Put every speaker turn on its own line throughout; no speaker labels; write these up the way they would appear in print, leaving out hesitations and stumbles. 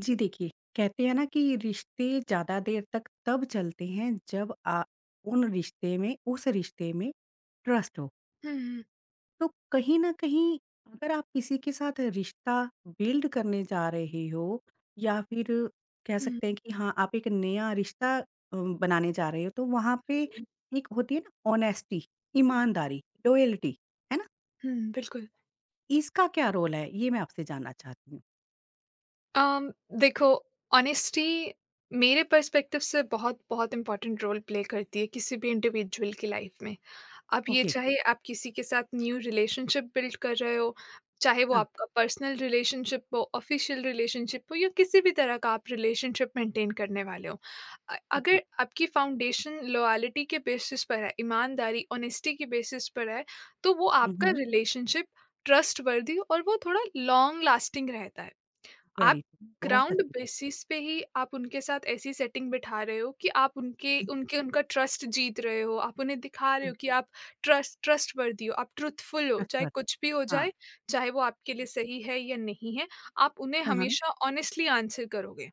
जी देखिए, कहते हैं ना कि रिश्ते ज़्यादा देर तक तब चलते हैं जब आ उन रिश्ते में उस रिश्ते में ट्रस्ट हो।
हुँ, हुँ,
तो कहीं न कहीं अगर आप किसी के साथ रिश्ता बिल्ड करने जा रहे हो या फिर कह
हुँ।
सकते हैं कि हाँ, आप एक नया रिश्ता बनाने जा रहे हो तो वहाँ पे
बिल्कुल,
एक होती है ना ऑनेस्टी,
बिल
ईमानदारी, लॉयल्टी, है ना?
हुँ, बिल्कुल।
इसका क्या रोल है? ये मैं आपसे जानना चाहती हूँ।
अम, देखो, ऑनेस्टी मेरे पर्सपेक्टिव से बहुत-बहुत इम्पोर्टेंट रोल प्ले करती है किसी भी इंडिविजुअल की लाइफ़ में। अब ये
ओके,
चाहे आप किसी के साथ न्यू रिलेशनशिप बिल्ड कर रहे हो, चाहे वो
हाँ,
आपका पर्सनल रिलेशनशिप हो, ऑफ़िशियल रिलेशनशिप हो या किसी भी तरह का आप रिलेशनशिप मेंटेन करने वाले हो।
ओके।
अगर आपकी फाउंडेशन लॉयलिटी के बेसिस पर है, ईमानदारी ऑनेस्टी के बेसिस पर है, तो वो
हुँ,
आपका
हुँ।
रिलेशनशिप ट्रस्ट वर्दी और वो थोड़ा लॉन्ग लास्टिंग रहता है।
वेरी
आप
गुड, बहुत
ग्राउंड
अच्छी बात
बेसिस पे ही आप उनके साथ ऐसी सेटिंग बिठा रहे हो कि आप उनके
है।
उनके उनका ट्रस्ट जीत रहे हो, आप उन्हें दिखा रहे
हुँ,
हो कि आप ट्रस्ट ट्रस्ट वर्दी हो, आप ट्रुथफुल हो,
सच
चाहे
बात।
कुछ भी हो
हाँ,
जाए, चाहे वो आपके लिए सही है या नहीं है। आप उन्हें
हाँ, हाँ,
हमेशा ऑनेस्टली आंसर करोगे।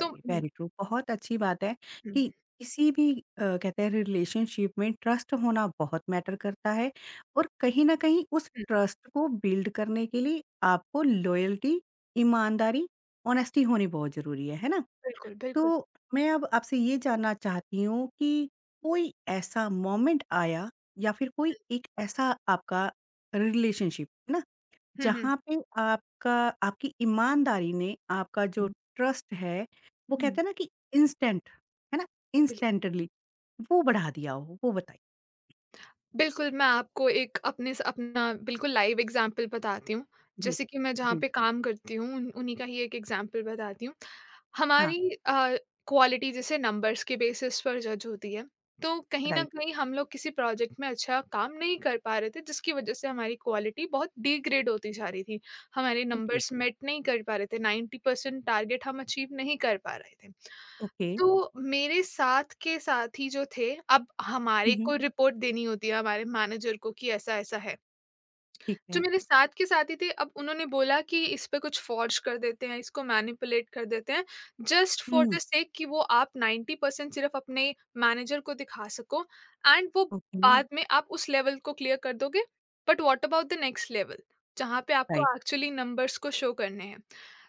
तो
वेरी ट्रू। बहुत अच्छी बात है
हम्म,
कि किसी भी कहते हैं रिलेशनशिप में ट्रस्ट होना बहुत मैटर करता है और कहीं न कहीं उस
हम्म,
ट्रस्ट को बिल्ड करने के लिए आपको लॉयल्टी, ईमानदारी, ऑनेस्टी होनी बहुत ज़रूरी है ना?
बिल्कुल बिल्कुल।
तो मैं अब आपसे ये जानना चाहती हूँ कि कोई ऐसा मोमेंट आया या फिर कोई एक ऐसा आपका रिलेशनशिप है ना
हुँ, हुँ।
जहाँ पे आपका आपकी ईमानदारी ने आपका जो ट्रस्ट है, वो कहते
हुँ,
हैं ना कि इंस्टेंट, है ना?
बिल्क
इंस्टेंटली वो बढ़ा दिया हो, वो बताइए?
बिल्कुल, मैं आपको एक अपने स अपना बिल्कुल लाइव एग्ज़ाम्पल बताती हूँ।
जी,
जैसे कि मैं जहाँ
जी,
पे काम करती हूँ, उन उन्हीं का ही एक एग्ज़ाम्पल बताती हूँ।
हाँ,
हमारी क्वालिटी जैसे नंबर्स के बेसिस पर जज होती है। तो कहीं न
राइट,
कहीं हम लोग किसी प्रोजेक्ट में अच्छा काम नहीं कर पा रहे थे, जिसकी वजह से हमारी क्वालिटी बहुत डिग्रेड होती जा रही थी। हमारे
ओके,
नंबर्स मेट नहीं कर पा रहे थे, 90% टारगेट हम अचीव नहीं कर पा रहे थे।
ओके,
तो मेरे साथ के साथी जो थे, अब
हुँ,
हमारे
हुँ,
को रिपोर्ट देनी होती है हमारे मैनेजर को कि ऐसा-ऐसा है।
ठीक
जो
है,
मेरे साथ के साथी थे, अब उन्होंने बोला कि इस पे कुछ फ़ॉर्ज कर देते हैं, इसको मैनिपुलेट कर देते हैं, just for
hmm,
the sake कि वो आप 90% सिर्फ़ अपने मैनेजर को दिखा सको, एंड वो
ओके,
बाद में आप उस लेवल को क्लियर कर दोगे, but what about the next level? जहाँ पे आपको
राइट,
एक्चुअली नंबर्स को शो करने हैं।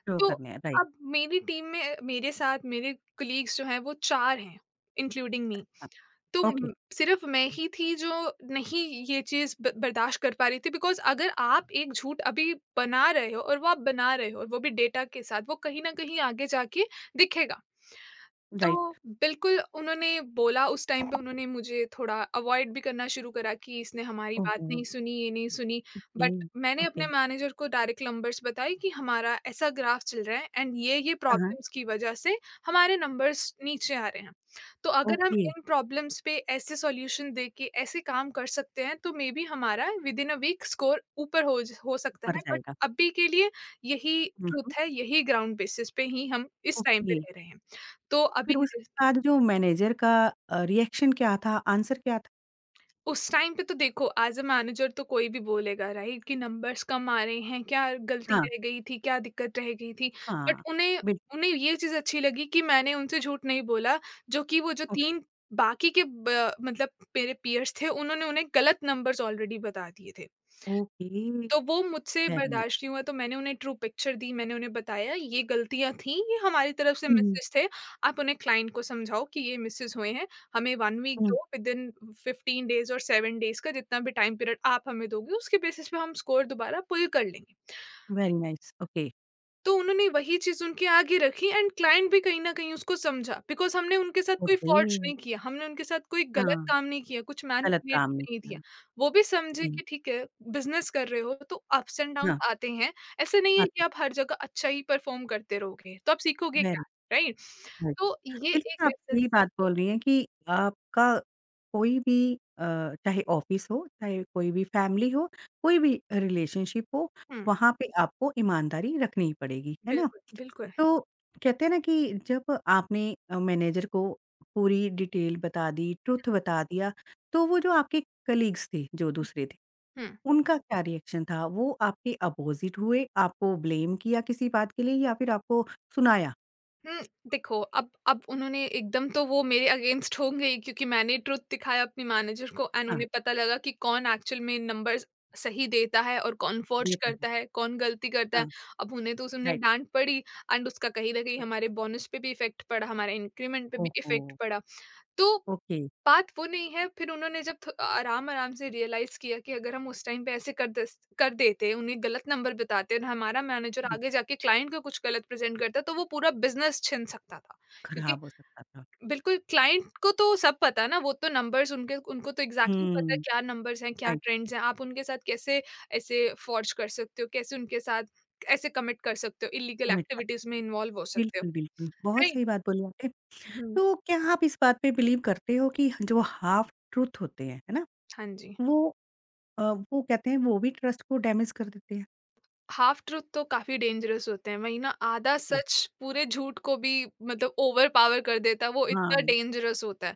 शो
तो
करने हैं, राइट,
अब मेरी टीम में मेरे साथ मेरे कलीग्स जो हैं वो 4 हैं, इंक्लूडिंग मी।
हाँ,
तो
ओके,
सिर्फ मैं ही थी जो नहीं, ये चीज़ ब बर्दाश्त कर पा रही थी, बिकॉज़ अगर आप एक झूठ अभी बना रहे हो, और वो आप बना रहे हो, और वो भी डेटा के साथ, वो कहीं न कहीं आगे जाके दिखेगा। तो
राइट,
बिल्कुल, उन्होंने बोला उस टाइम पे, उन्होंने मुझे थोड़ा अवॉइड भी करना शुरू करा कि इसने हमारी बात
ओहो,
नहीं सुनी, ये नहीं सुनी।
ओके,
बट मैंने
ओके,
अपने मैनेजर को डायरेक्ट नंबर्स बताए कि हमारा ऐसा ग्राफ चल रहा है, एंड ये-ये
हाँ, हाँ,
प्रॉब्लम्स की वजह से हमारे नंबर्स नीचे आ रहे हैं। तो अगर हम
ओके,
इन प्रॉब्लम्स पे ऐसे सॉल्यूशन दे के ऐसे काम कर सकते हैं, तो मे बी हमारा within a week score ऊपर हो ज हो सकता
ऊपर
है। बट
जाएगा,
अभी के लिए यही
हुँ, हुँ,
ट्रुथ है, यही ग्राउंड बेसिस पे ही हम इस टाइम पे
ओके,
रह रहे हैं। तो
फिर उसके बाद जो मैनेजर का रिएक्शन क्या था, आंसर क्या था?
उस टाइम पे तो देखो, एज अ मैनेजर तो कोई भी बोलेगा राइट, कि नंबर्स कम आ रहे हैं क्या, गलती
हाँ,
रह गई थी, क्या दिक्कत रह गई थी। बट
हाँ,
उन्हें
बिल्कुल।
उन्हें ये चीज अच्छी लगी कि मैंने उनसे झूठ नहीं बोला। जो कि वो जो
ओक
तीन बाकी के मतलब मेरे पीयर्स थे, उन्होंने उन्हें गलत नंबर्स ऑलरेडी बता दिए थे,
ओके,
तो वो मुझसे
वेरी नाइ
बर्दाश्त नहीं हुआ, तो मैंने उन्हें ट्रू पिक्चर दी। मैंने उन्हें बताया ये गलतियाँ थी, ये हमारी तरफ से
हुँ,
मिसेस थे, आप उन्हें क्लाइंट को समझाओ कि ये मिसेस हुए हैं, हमें 1 वीक
हुँ।
दो, विदिन 15 डेज़ और 7 डेज़ का जितना भी टाइम पीरियड आप हमें दोगे, उसके बेसिस पे हम स्कोर दोबारा पुल कर लेंगे।
वेरी नाइस, ओके,
तो उन्होंने वही चीज़ उनके आगे रखी, एंड क्लाइंट भी कहीं न कहीं उसको समझा, बिकॉज़ हमने उनके साथ कोई
ओके।
फॉर्ज नहीं किया, हमने उनके साथ कोई
हाँ,
गलत काम नहीं किया, कुछ
गलत
मैनिपुलेट
काम नहीं
नहीं दिया।
किया,
वो भी समझे
जी,
कि ठीक है, बिज़नेस कर रहे हो तो अप्स एंड
हाँ,
डाउन्स आते हैं, ऐसे नहीं
हाँ,
है कि
तो
आप हर जगह अच्छा ही परफ़ॉर्म करते रहोगे, तो आप सीखोगे
वेरी
क्या, राइट?
नाइस,
तो ये
बिल्कुल
एक
आप
ऐसा।
सही बात बोल रही हैं कि आपका कोई भी अ, चाहे ऑफ़िस हो, चाहे कोई भी फैमिली हो, कोई भी रिलेशनशिप हो,
हुँ,
वहाँ पे आपको ईमानदारी रखनी ही पड़ेगी, है ना?
बिल्कुल, बिल्कुल।
तो कहते हैं ना कि जब आपने मैनेजर को पूरी डिटेल बता दी, ट्रुथ बता दिया, तो वो जो आपके कलीग्स थे, जो दूसरे थे,
हुँ।
उनका क्या रिएक्शन था? वो आपके अपोज़िट हुए, आपको ब्लेम किया किसी बात के लिए या फिर आपको सुनाया?
हुँ, देखो अब उन्होंने एकदम, तो वो मेरे अगेंस्ट होंगे ही, क्योंकि मैंने ट्रुथ दिखाया अपने मैनेजर को एंड
हाँ,
उन्हें पता लगा कि कौन एक्चुअल में नंबर्स सही देता है और कौन फ़ॉर्ज
देता है।
करता है, कौन गलती करता है।
हाँ,
अब उन्हें तो उसमें
राइट।
डाँट पड़ी, एंड उसका कहीं न कहीं हमारे बोनस पे भी इफ़ेक्ट पड़ा, हमारे इंक्रीमेंट पे भी
ओहो!
इफ़ेक्ट पड़ा। तो
ओके।
बात वो नहीं है, फिर उन्होंने जब थ आराम-आराम से रियलाइज़ किया कि अगर हम उस टाइम पे ऐसे कर देते, उन्हें गलत नंबर बताते और हमारा मैनेजर
हुँ,
आगे जाके क्लाइंट को कुछ गलत प्रेज़ेंट करता, तो वो पूरा बिज़नेस छिन सकता था। क्योंकि
खराब हो सकता था।
बिल्कुल, क्लाइंट को तो सब पता है ना, वो तो नंबर्स उनके उनको तो एग्ज़ैक्टली पता है
हुँ,
क्या नंबर्स हैं, क्या
राइट,
ट्रेंड्स हैं। आप उनके साथ कैसे ऐसे फ़ॉर्ज कर सकते हो, कैसे उनके साथ ऐसे कमिट कर सकते हो, इल्लीगल
समझ पा
एक्टिविटीज़ में इन्वॉल्व हो सकते हो,
बिल्कुल, बिल्कुल। बहुत
राइट?
सही बात बोली आपने।
हुँ,
तो क्या आप इस बात पे बिलीव करते हो कि जो हाफ ट्रुथ होते हैं, है ना?
हाँ जी।
वो अ, वो कहते हैं वो भी ट्रस्ट को डैमेज कर देते हैं।
हाफ ट्रूथ तो काफी डेंजरस होते हैं, वही ना, आधा
ओके,
सच पूरे झूठ को भी मतलब ओवर पावर कर देता है, वो इतना
हाँ,
डेंजरस होता है।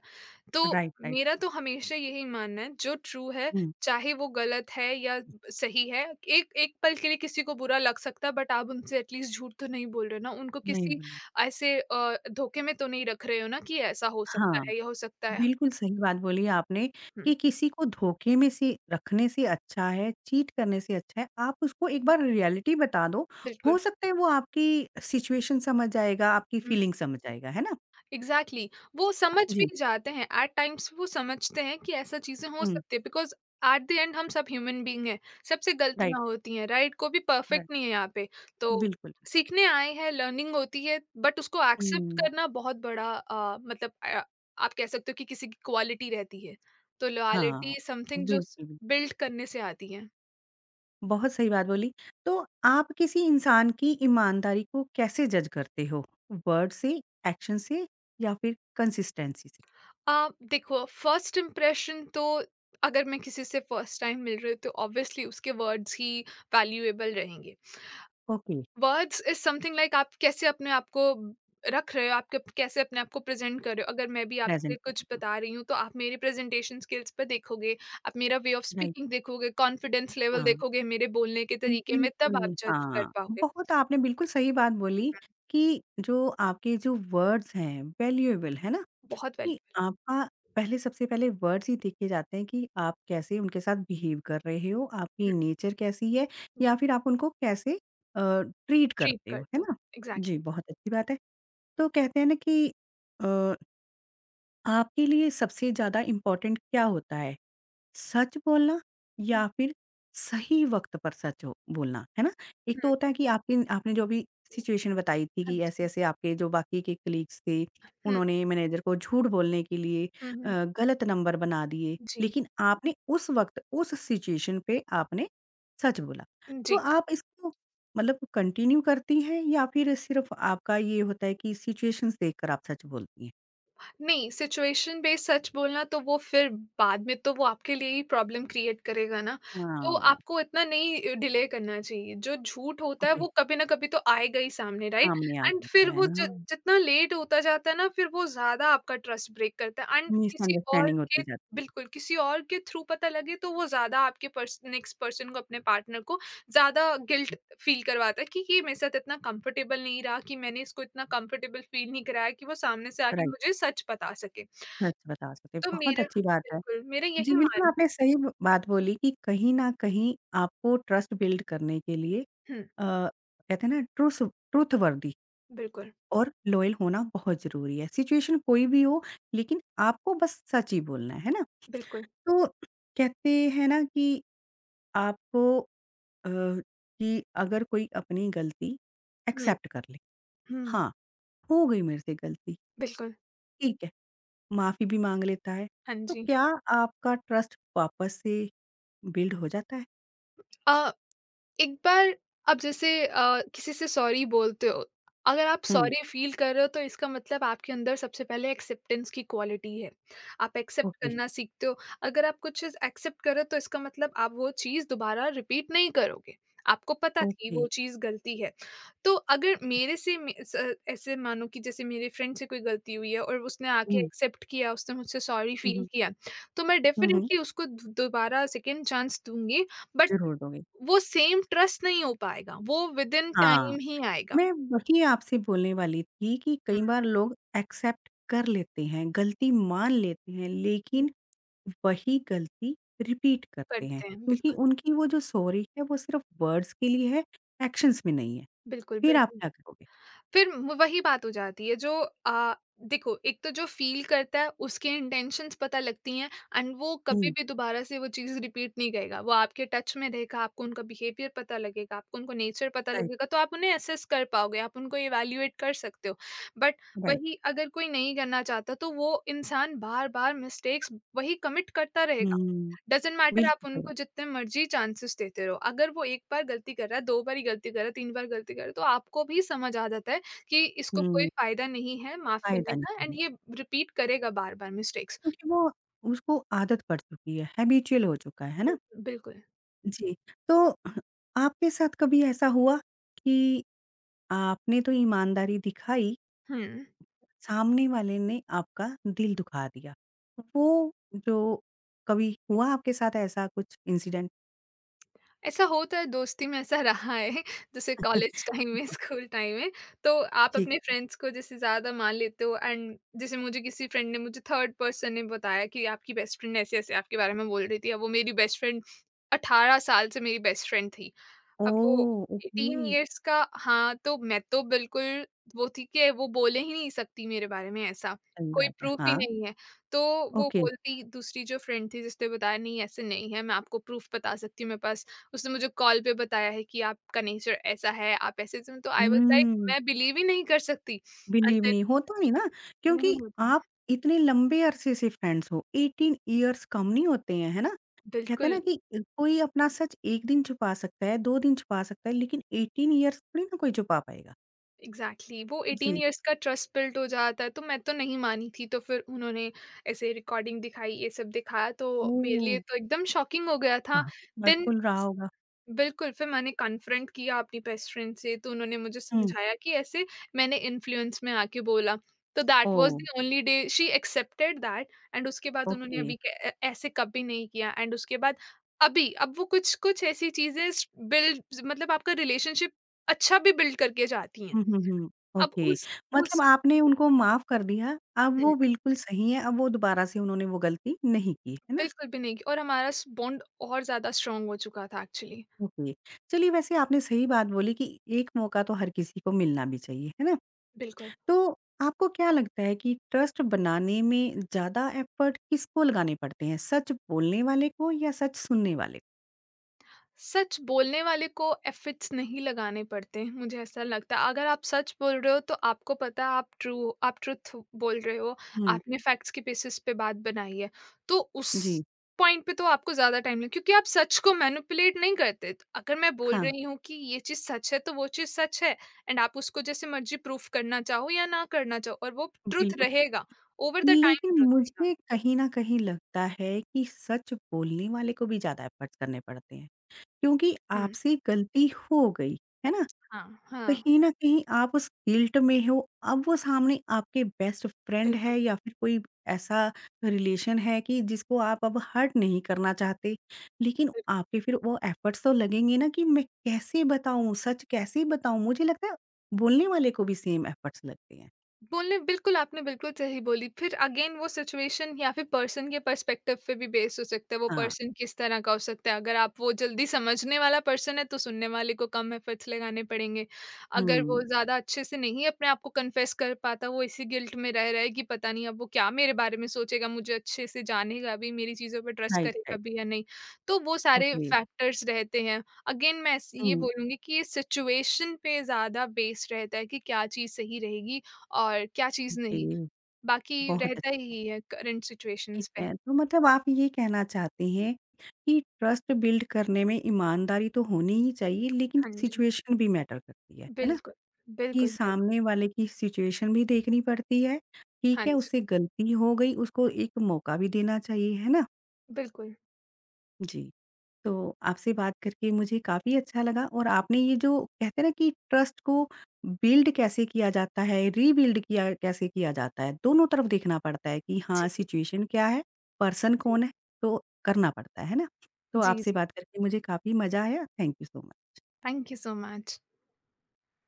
तो
राइट, राइट।
मेरा तो हमेशा यही मानना है जो ट्रू है,
हुँ,
चाहे वो गलत है या सही है। एक एक पल के लिए किसी को बुरा लग सकता है, बट आप उनसे एटलीस्ट झूठ तो नहीं बोल रहे हो ना, उनको
नहीं
किसी
बोला।
ऐसे धोखे में तो नहीं रख रहे हो ना, कि ऐसा हो सकता
हाँ,
है या हो सकता है।
बिल्कुल सही बात बोली आपने
हम्म,
कि किसी को धोखे में से रखने से अच्छा है, चीट करने से अच्छा है, आप उसको एक बार रियलिटी बता दो, हो
बिल्कुल,
सकता है वो आपकी सिचुएशन समझ जाएगा, आपकी फीलिंग समझ जाएगा, है ना?
एग्ज़ैक्टली। वो समझ भी
जी,
जाते हैं, एट टाइम्स वो समझते हैं कि ऐसा चीज़ें हो
हुँ,
सकती है, बिकॉज़ एट द एंड हम सब ह्यूमन बीइंग हैं, सबसे
राइट,
गलतियाँ होती हैं, राइट? कोई भी
राइट,
परफेक्ट नहीं है यहाँ पे, तो
बिल्कुल।
सीखने आए हैं, लर्निंग होती है, बट उसको एक्सेप्ट
हुँ,
करना बहुत बड़ा आप कह सकते हो कि किसी की क्वालिटी रहती है। तो
हाँ,
लॉयल्टी इज़ समथिंग जो स
बिल्कुल, बिल्कुल।
बिल्ड करने से आती है।
बहुत सही बात बोली। तो आप किसी इंसान की ईमानदारी को कैसे जज करते हो? वर्ड से, एक्शन से या फिर कंसिस्टेंसी से?
देखो, फर्स्ट इंप्रेशन तो, अगर मैं किसी से फर्स्ट टाइम मिल रही हूँ, तो ऑब्वियसली उसके वर्ड्स ही वैल्यूएबल रहेंगे।
Okay,
words is something like, आप कैसे अपने आप को रख रहे हो, आप कप कैसे अपने आप को प्रेज़ेंट कर रहे हो? अगर मैं भी
प्रेज़ेंट
आपसे
करने
कुछ
को।
बता रही हूँ, तो आप मेरी प्रेज़ेंटेशन स्किल्स पे देखोगे, आप मेरा वे ऑफ़
राइट,
स्पीकिंग देखोगे, कॉन्फिडेंस लेवल
हाँ।
देखोगे मेरे बोलने के तरीके में, तब आप
बिल्कुल,
जज कर
हाँ।
पाओगे।
बहुत आपने बिल्कुल सही बात बोली कि जो आपके जो वर्ड्स हैं वैल्यूएबल, है ना?
बहुत
कि
वैल्यू,
आपका पहले सबसे पहले वर्ड्स ही देखे जाते हैं कि आप कैसे उनके साथ बिहेव कर रहे हो, आपकी नेचर कैसी है या फिर आप उनको कैसे अ, ट्रीट
ट्रीट
करते हो, है
करते हो।
ना? जी,
एग्ज़ैक्टली।
बहुत अच्छी बात है। तो कहते हैं ना कि अ, आपके लिए सबसे ज़्यादा इम्पोर्टेंट क्या होता है? सच बोलना
हुँ,
या फिर सही वक़्त पर सच हो बोलना, है ना? एक तो
हुँ,
होता है कि आपकी आपने जो अभी सिचुएशन बताई थी
हाँ
कि
जी।
ऐसे-ऐसे आपके जो बाकी के कलीग्स थे,
हुँ,
उन्होंने मैनेजर को झूठ बोलने के लिए
हुँ, हुँ।
गलत नंबर बना दिए,
जी,
लेकिन आपने उस वक़्त, उस सिचुएशन पे आपने सच बोला। तो
जी।
आप इसको मतलब कंटिन्यू करती हैं या फिर सिर्फ़ आपका ये होता है कि सिचुएशंस देखकर आप सच बोलती हैं?
नहीं, सिचुएशन बेस्ड सच बोलना तो वो फिर, बाद में तो वो आपके लिए ही प्रॉब्लम क्रिएट करेगा ना, तो
हाँ।
आपको इतना नहीं डिले करना चाहिए। जो झूठ होता है
ओके,
वो कभी ना कभी तो आएगा ही सामने, राइट?
सामने आ
एंड
जाता
फिर
है।
वो जि
हाँ।
जितना लेट होता जाता है ना, फिर वो ज़्यादा आपका ट्रस्ट ब्रेक करता है, एंड किसी और
मिसअंडरस्टैंडिंग होती
के,
जाती है।
बिल्कुल, किसी और के थ्रू पता लगे, तो वो ज़्यादा आपके पर्स नेक्स्ट पर्सन को, अपने पार्टनर को ज़्यादा गिल्ट फ़ील करवाता है कि ये मेरे साथ इतना कंफर्टेबल नहीं रहा, कि मैंने इसको इतना कंफर्टेबल फ़ील नहीं कराया कि वो सामने से आके
राइट,
मुझे सच बता सके।
सच बता सकते हैं,
तो
बहुत
मेरा,
अच्छी बात है।
बिल्कुल, मेरा
जी,
यही
बिल्कुल
मानना है।
आपने सही ब बात बोली कि कहीं न कहीं आपको ट्रस्ट बिल्ड करने के लिए
हुँ,
अ, कहते हैं ना ट्रूस ट्रुथ वर्दी
बिल्कुल,
और लॉयल होना बहुत ज़रूरी है। सिचुएशन कोई भी हो लेकिन आपको बस सच ही बोलना है ना?
बिल्कुल।
तो कहते हैं ना कि आपको कि अगर कोई अपनी गलती
हुँ,
एक्सेप्ट कर ले,
हुँ,
हाँ, हो गई मेरे से गलती,
बिल्कुल।
ठीक है। माफ़ी भी माँग लेता है,
हाँ
तो
जी।
क्या आपका ट्रस्ट वापस से बिल्ड हो जाता है?
अ एक बार, आप जैसे किसी से सॉरी बोलते हो, अगर आप
हुँ।
सॉरी फील कर रहे हो, तो इसका मतलब आपके अंदर सबसे पहले एक्सेप्टेंस की क्वालिटी है। आप एक्सेप्ट
ओके,
करना सीखते हो। अगर आप कुछ चीज़ एक्सेप्ट करो, तो इसका मतलब आप वो चीज़ दोबारा रिपीट नहीं करोगे, आपको पता थी
ओके।
वो चीज़ गलती है। तो अगर मेरे से मे- स- ऐसे मानो कि जैसे मेरे फ्रेंड से कोई गलती हुई है, और उसने आके
हुँ,
एक्सेप्ट किया, उसने मुझसे सॉरी
हुँ,
फील
हुँ।
किया, तो मैं
हुँ, हुँ।
डेफिनेटली उसको दोबारा सेकेंड चांस दूंगी। बट
ज़रूर दूँगी।
वो सेम ट्रस्ट नहीं हो पाएगा, वो विदिन
हाँ,
टाइम ही आएगा।
मैं वही आपसे बोलने वाली थी कि
हुँ,
कई बार लोग एक्सेप्ट कर लेते हैं, गलती मान लेते हैं,
हुँ,
लेकिन वही गलती रिपीट करते हैं,
करते हैं,
क्योंकि
बिल्कुल,
उनकी वो जो सॉरी है वो सिर्फ़ वर्ड्स के लिए है, एक्शंस में नहीं है।
बिल्कुल,
फिर आप
बिल्कुल।
क्या करोगे?
वही बात हो जाती है जो, आ, देखो, एक तो जो फील करता है उसके इंटेंशंस पता लगती हैं, एंड वो कभी
हुँ,
भी दोबारा से वो चीज़ रिपीट नहीं करेगा, वो आपके टच में रहेगा, आपको उनका बिहेवियर पता लगेगा, आपको उनको नेचर पता
राइट,
लगेगा, तो आप उन्हें असेस कर पाओगे, आप उनको इवेल्युएट कर सकते हो। But
right.
वही अगर कोई नहीं करना चाहता, तो वो इंसान बार बार मिस्टेक्स वही कमिट करता रहेगा।
हुँ,
डजेंट मैटर, आप
बिल्कुल सही बात।
उनको जितने मर्जी चांसेस देते रहो, अगर वो एक बार गलती कर रहा है, दो बार ही गलती कर रहा है, तीन बार गलती कर रहा है, तो आपको भी समझ आ जाता है कि इसको कोई
हुँ,
फ़ायदा नहीं है माफ़
फायदा
करने का,
नहीं
एंड
है।
ये रिपीट करेगा बार-बार मिस्टेक्स।
क्योंकि वो उसको आदत पड़ चुकी है, हैबिचुअल हो चुका है ना?
बिल्कुल।
जी, तो आपके साथ कभी ऐसा हुआ कि आपने तो ईमानदारी दिखाई,
हुँ,
सामने वाले ने आपका दिल दुखा दिया? वो जो कभी हुआ आपके साथ ऐसा कुछ इंसिडेंट?
ऐसा होता है, दोस्ती में ऐसा रहा है जैसे कॉलेज टाइम में, स्कूल टाइम में। तो आप
ठीक।
अपने फ्रेंड्स को जैसे ज़्यादा मान लेते हो, एंड जैसे मुझे किसी फ्रेंड ने, मुझे थर्ड पर्सन ने बताया कि आपकी बेस्ट फ्रेंड ऐसे-ऐसे आपके बारे में बोल रही थी। अब वो मेरी बेस्ट फ्रेंड 18 साल से मेरी बेस्ट फ्रेंड थी। अब वो
ओह! ओके,
18 इयर्स का, हाँ, तो मैं तो बिल्कुल वो थी कि वो बोल ही नहीं सकती मेरे बारे में ऐसा,
सही
कोई
बात है।
प्रूफ़ ही
हाँ,
नहीं है। तो वो
ओके।
बोलती, दूसरी जो फ्रेंड थी जिसने बताया, नहीं ऐसे नहीं है, मैं आपको प्रूफ़ बता सकती हूँ मेरे पास, उसने मुझे कॉल पे बताया है कि आपका नेचर ऐसा है, आप ऐसे-ऐसे, तो आई वाज़ लाइक,
हुँ,
मैं बिलीव ही नहीं कर सकती
बिलीव
अंदर,
नहीं होता नहीं ना,
नहीं
क्योंकि
होता।
आप इतने लंबे अरसे से फ्रेंड्स हो, 18 इयर्स कम नहीं होते हैं, है ना? कहते हैं ना
बिल्कुल।
कि कोई अपना सच 1 दिन छुपा सकता है, 2 दिन छुपा सकता है, लेकिन 18 इयर्स थोड़ी ना कोई छुपा पाएगा।
Exactly, exactly. वो 18
जी।
इयर्स का ट्रस्ट बिल्ट हो जाता है। तो मैं तो नहीं मानी थी, तो फिर उन्होंने ऐसे रिकॉर्डिंग दिखाई, ये सब दिखाया, तो मेरे
ओह!
लिए तो एकदम शॉकिंग हो गया था।
काफ़ी
देन
हर्टफुल रहा होगा।
बिल्कुल, फिर मैंने कन्फ्रंट किया अपनी बेस्ट फ्रेंड से, तो उन्होंने मुझे
हुँ।
समझाया कि ऐसे मैंने इन्फ्लुएंस में आके बोला। तो that was
oh!
The only day she accepted that, and उसके बाद उन्होंने
ओके।
अभी ऐसे कभी नहीं किया, एंड उसके बाद अभी, अब वो कुछ कुछ ऐसी चीजें बिल्ड, मतलब आपका रिलेशनशिप अच्छा भी बिल्ड करके जाती हैं।
हुँ, हुँ, हुँ।
अब
ओके,
उस
मतलब
उस
आपने उनको माफ़ कर दिया, अब वो
हुँ,
बिल्कुल सही है, अब वो दोबारा से उन्होंने वो गलती नहीं की, है ना?
बिल्कुल भी नहीं, और हमारा स बॉन्ड और ज़्यादा स्ट्रॉन्ग हो चुका था, एक्चुअली।
ओके। चलिए वैसे आपने सही बात बोली कि एक मौका तो हर किसी को मिलना भी चाहिए, है ना?
बिल्कुल।
तो आपको क्या लगता है कि ट्रस्ट बनाने में ज़्यादा एफर्ट किसको लगाने पड़ते हैं? सच बोलने वाले को या सच सुनने वाले को?
सच बोलने वाले को एफिट्स नहीं लगाने पड़ते, मुझे ऐसा लगता है। अगर आप सच बोल रहे हो, तो आपको पता है आप ट्रू, आप ट्रुथ बोल रहे हो,
हुँ,
आपने फैक्ट्स के बेसिस पे बात बनाई है। तो उस
जी,
पॉइंट पे तो आपको ज्यादा टाइम लगे, क्योंकि आप सच को मैनिपुलेट नहीं करते। तो अगर मैं बोल
हाँ,
रही हूँ कि ये चीज सच है, तो वो चीज सच है, एंड आप उसको जैसे मर्जी प्रूफ करना चाहो या ना करना चाहो, और वो ट्रुथ
बिल्कुल।
रहेगा, ओवर द टाइम
लेकिन
ट्रुथ रहेगा।
मुझे कहीं न कहीं लगता है कि सच बोलने वाले को भी ज़्यादा एफर्ट्स करने पड़ते हैं, क्योंकि
हम्म,
आपसे गलती हो गई, है ना?
हाँ हाँ,
कहीं न कहीं आप उस गिल्ट में हो, अब वो सामने आपके बेस्ट फ्रेंड
बिल्कुल
है या फिर कोई ऐसा रिलेशन है कि जिसको आप अब हर्ट नहीं करना चाहते। लेकिन आपके फिर वो एफर्ट्स तो लगेंगे ना कि मैं कैसे बताऊँ, सच कैसे बताऊँ? मुझे लगता है बोलने वाले को भी सेम एफर्ट्स लगते हैं।
बोलने बिल्कुल, आपने बिल्कुल सही बोली। फिर अगेन, वो सिचुएशन या फिर पर्सन के पर्सपेक्टिव पे भी बेस्ड हो सकता है, वो
हाँ,
पर्सन किस तरह का हो सकता है। अगर आप वो जल्दी समझने वाला पर्सन है, तो सुनने वाले को कम एफर्ट्स लगाने पड़ेंगे। अगर
हुँ,
वो ज़्यादा अच्छे से नहीं अपने आप को कन्फेस कर पाता, वो इसी गिल्ट में रह रहा है कि पता नहीं अब वो क्या मेरे बारे में सोचेगा, मुझे अच्छे से जानेगा भी, मेरी चीज़ों पे ट्रस्ट
राइट,
करेगा
राइट,
भी या नहीं। तो वो सारे
ओके,
फैक्टर्स रहते हैं। अगेन मैं स ये
हुँ,
बोलूँगी कि ये सिचुएशन पे ज़्यादा बेस्ड रहता है कि क्या चीज़ सही रहेगी, और क्या चीज़ नहीं,
ओके,
बाकी
बहुत
रहता
अच्छा।
ही है करंट
ठीक
सिचुएशंस पे।
है, तो मतलब आप ये कहना चाहते हैं कि ट्रस्ट बिल्ड करने में ईमानदारी तो होनी ही चाहिए, लेकिन
हाँ जी,
सिचुएशन भी मैटर करती है ना?
बिल्कुल,
कि
बिल्कुल, बिल्कुल।
सामने वाले की सिचुएशन भी देखनी पड़ती है, ठीक
हाँ
है,
जी,
उससे गलती हो गई, उसको एक मौका भी देना चाहिए, है ना?
बिल्कुल।
जी। तो आपसे बात करके मुझे काफ़ी अच्छा लगा और आपने ये जो कहते हैं ना कि ट्रस्ट को बिल्ड कैसे किया जाता है, रीबिल्ड किया कैसे किया जाता है, दोनों तरफ देखना पड़ता है कि हाँ,
जी,
सिचुएशन क्या है, पर्सन
जी,
कौन है, तो करना पड़ता है ना? तो
जी,
आपसे
जी।
बात करके मुझे काफ़ी मज़ा आया। Thank you so much.
Thank you so much.